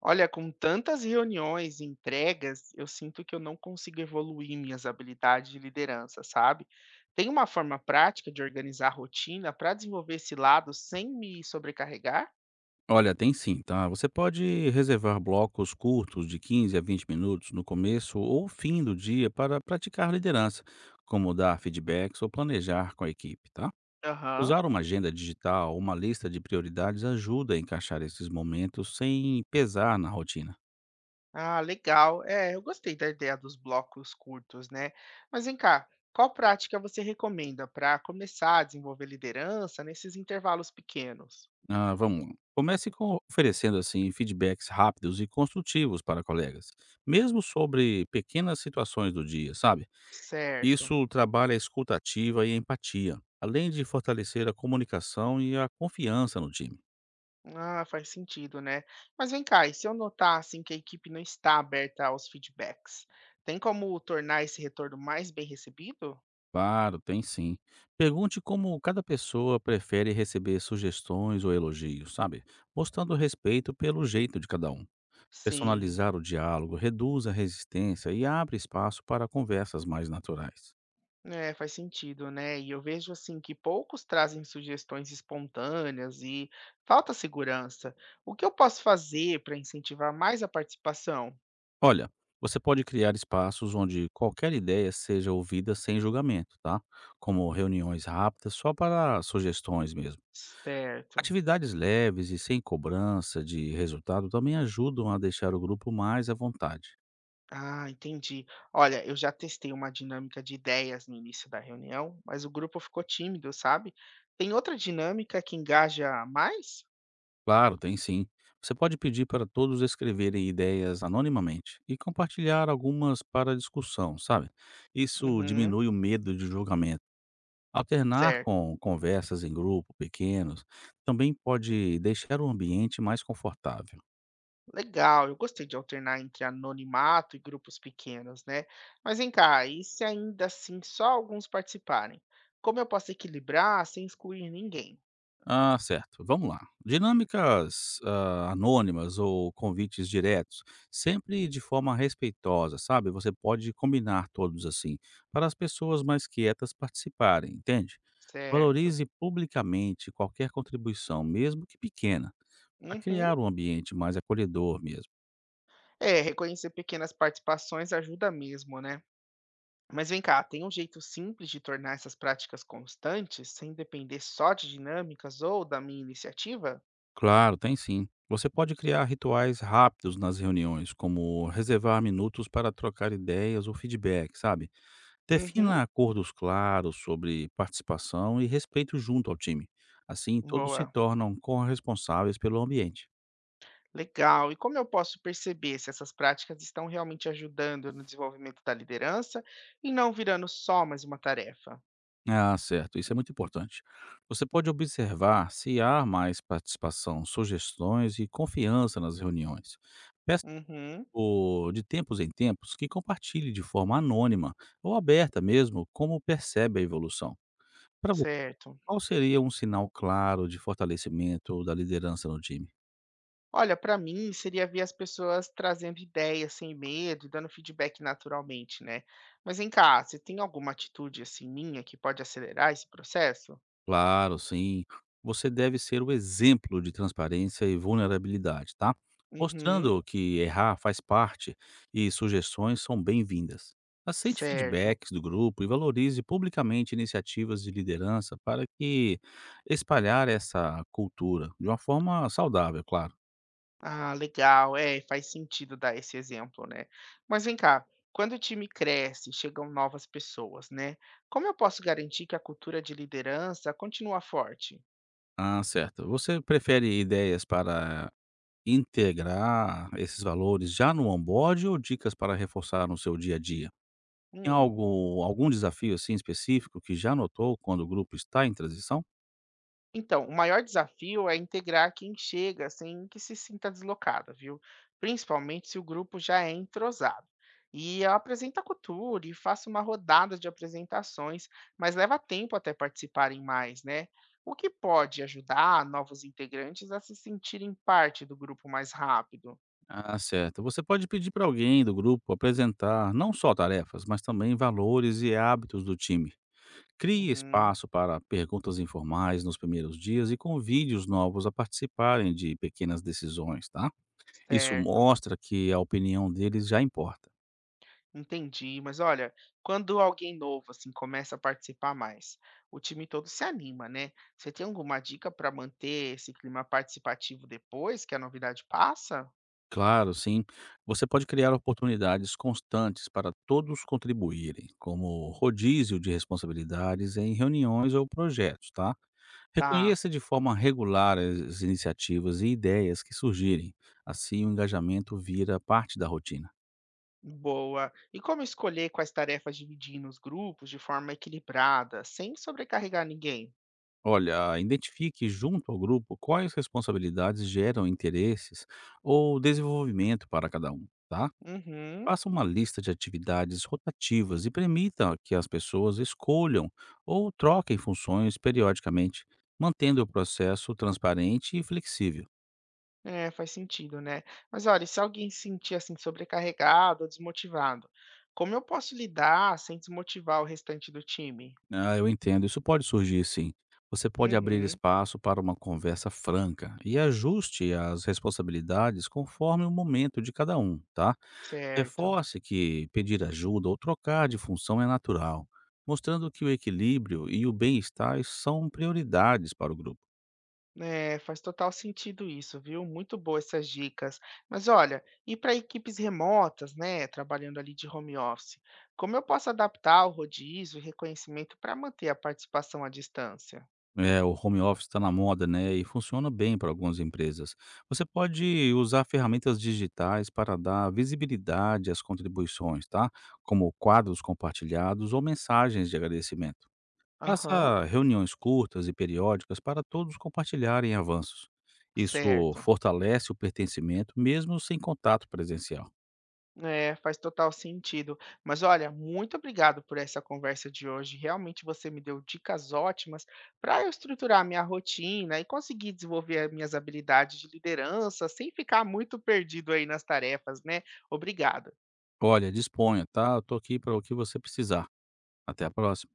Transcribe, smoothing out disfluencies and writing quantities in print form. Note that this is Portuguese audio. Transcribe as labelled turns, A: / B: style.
A: Olha, com tantas reuniões e entregas, eu sinto que eu não consigo evoluir minhas habilidades de liderança, sabe? Tem uma forma prática de organizar a rotina para desenvolver esse lado sem me sobrecarregar?
B: Olha, tem sim, tá? Você pode reservar blocos curtos de 15 a 20 minutos no começo ou fim do dia para praticar liderança, como dar feedbacks ou planejar com a equipe, tá?
A: Aham.
B: Usar uma agenda digital ou uma lista de prioridades ajuda a encaixar esses momentos sem pesar na rotina.
A: Ah, legal. É, eu gostei da ideia dos blocos curtos, né? Mas vem cá, qual prática você recomenda para começar a desenvolver liderança nesses intervalos pequenos?
B: Ah, vamos lá. Comece com oferecendo assim feedbacks rápidos e construtivos para colegas, mesmo sobre pequenas situações do dia, sabe?
A: Certo.
B: Isso trabalha a escuta ativa e a empatia, além de fortalecer a comunicação e a confiança no time.
A: Ah, faz sentido, né? Mas vem cá, e se eu notar assim que a equipe não está aberta aos feedbacks, tem como tornar esse retorno mais bem recebido?
B: Claro, tem sim. Pergunte como cada pessoa prefere receber sugestões ou elogios, sabe? Mostrando respeito pelo jeito de cada um.
A: Sim,
B: Personalizar o diálogo reduz a resistência e abre espaço para conversas mais naturais.
A: é, faz sentido, né? E eu vejo assim que poucos trazem sugestões espontâneas e falta segurança. O que eu posso fazer para incentivar mais a participação?
B: Olha, você pode criar espaços onde qualquer ideia seja ouvida sem julgamento, tá? Como reuniões rápidas só para sugestões mesmo.
A: Certo.
B: Atividades leves e sem cobrança de resultado também ajudam a deixar o grupo mais à vontade.
A: Ah, entendi. Olha, eu já testei uma dinâmica de ideias no início da reunião, mas o grupo ficou tímido, sabe? Tem outra dinâmica que engaja mais?
B: Claro, tem sim. Você pode pedir para todos escreverem ideias anonimamente e compartilhar algumas para discussão, sabe? Isso
A: Uhum,
B: diminui o medo de julgamento. Alternar
A: certo.
B: com conversas em grupo pequenos também pode deixar o ambiente mais confortável.
A: Legal, eu gostei de alternar entre anonimato e grupos pequenos, né? Mas vem cá, e se ainda assim só alguns participarem? Como eu posso equilibrar sem excluir ninguém?
B: Ah, certo. Vamos lá. Dinâmicas, anônimas ou convites diretos, sempre de forma respeitosa, sabe? Você pode combinar todos assim, para as pessoas mais quietas participarem, entende?
A: Certo.
B: Valorize publicamente qualquer contribuição, mesmo que pequena, para
A: Uhum.
B: criar um ambiente mais acolhedor mesmo.
A: É, reconhecer pequenas participações ajuda mesmo, né? Mas vem cá, tem um jeito simples de tornar essas práticas constantes sem depender só de dinâmicas ou da minha iniciativa?
B: Claro, tem sim. Você pode criar rituais rápidos nas reuniões, como reservar minutos para trocar ideias ou feedback, sabe?
A: Uhum,
B: Defina acordos claros sobre participação e respeito junto ao time. Assim, todos se
A: boa.
B: tornam corresponsáveis pelo ambiente.
A: Legal. E como eu posso perceber se essas práticas estão realmente ajudando no desenvolvimento da liderança e não virando só mais uma tarefa?
B: Ah, certo, isso é muito importante. Você pode observar se há mais participação, sugestões e confiança nas reuniões. Peça
A: Uhum,
B: de tempos em tempos que compartilhe de forma anônima ou aberta mesmo como percebe a evolução. Para você,
A: certo.
B: qual seria um sinal claro de fortalecimento da liderança no time?
A: Olha, para mim seria ver as pessoas trazendo ideias sem medo, e dando feedback naturalmente, né? Mas vem cá, você tem alguma atitude assim minha que pode acelerar esse processo?
B: Claro, sim. Você deve ser o exemplo de transparência e vulnerabilidade, tá?
A: Uhum.
B: Mostrando que errar faz parte e sugestões são bem-vindas. Aceite
A: Certo.
B: feedbacks do grupo e valorize publicamente iniciativas de liderança para que espalhar essa cultura de uma forma saudável, claro.
A: Ah, legal. É, faz sentido dar esse exemplo, né? Mas vem cá, quando o time cresce, chegam novas pessoas, né? Como eu posso garantir que a cultura de liderança continua forte?
B: Ah, certo. Você prefere ideias para integrar esses valores já no onboard ou dicas para reforçar no seu dia a dia? Tem
A: Hum.
B: algo algum desafio, assim, específico que já notou quando o grupo está em transição?
A: Então, o maior desafio é integrar quem chega sem que se sinta deslocado, viu? Principalmente se o grupo já é entrosado. E eu apresento a cultura e faço uma rodada de apresentações, mas leva tempo até participarem mais, né? O que pode ajudar novos integrantes a se sentirem parte do grupo mais rápido?
B: Ah, certo. Você pode pedir para alguém do grupo apresentar não só tarefas, mas também valores e hábitos do time. Crie
A: Uhum,
B: espaço para perguntas informais nos primeiros dias e convide os novos a participarem de pequenas decisões, tá? Isso
A: certo.
B: mostra que a opinião deles já importa.
A: Entendi, mas olha, quando alguém novo assim começa a participar mais, o time todo se anima, né? Você tem alguma dica para manter esse clima participativo depois que a novidade passa?
B: Claro, sim. Você pode criar oportunidades constantes para todos contribuírem, como rodízio de responsabilidades em reuniões ou projetos, tá?
A: Tá,
B: Reconheça de forma regular as iniciativas e ideias que surgirem, assim o engajamento vira parte da rotina.
A: boa. E como escolher quais tarefas dividir nos grupos de forma equilibrada, sem sobrecarregar ninguém?
B: Olha, identifique junto ao grupo quais responsabilidades geram interesses ou desenvolvimento para cada um, tá?
A: Uhum.
B: Faça uma lista de atividades rotativas e permita que as pessoas escolham ou troquem funções periodicamente, mantendo o processo transparente e flexível.
A: É, faz sentido, né? Mas olha, e se alguém se sentir assim sobrecarregado ou desmotivado, como eu posso lidar sem desmotivar o restante do time?
B: Ah, eu entendo, isso pode surgir sim. Você pode abrir
A: Uhum,
B: espaço para uma conversa franca e ajuste as responsabilidades conforme o momento de cada um, tá?
A: certo.
B: Reforce que pedir ajuda ou trocar de função é natural, mostrando que o equilíbrio e o bem-estar são prioridades para o grupo.
A: É, faz total sentido isso, viu? Muito boas essas dicas. Mas olha, e para equipes remotas, né, trabalhando ali de home office, como eu posso adaptar o rodízio e reconhecimento para manter a participação à distância?
B: É, o home office está na moda, né, e funciona bem para algumas empresas. Você pode usar ferramentas digitais para dar visibilidade às contribuições, tá? Como quadros compartilhados ou mensagens de agradecimento.
A: Aham,
B: Faça reuniões curtas e periódicas para todos compartilharem avanços. Isso
A: certo.
B: fortalece o pertencimento, mesmo sem contato presencial.
A: É, faz total sentido. Mas olha, muito obrigado por essa conversa de hoje. Realmente você me deu dicas ótimas para eu estruturar a minha rotina e conseguir desenvolver as minhas habilidades de liderança sem ficar muito perdido aí nas tarefas, né? Obrigado.
B: Olha, disponha, tá? Eu tô aqui para o que você precisar. Até a próxima.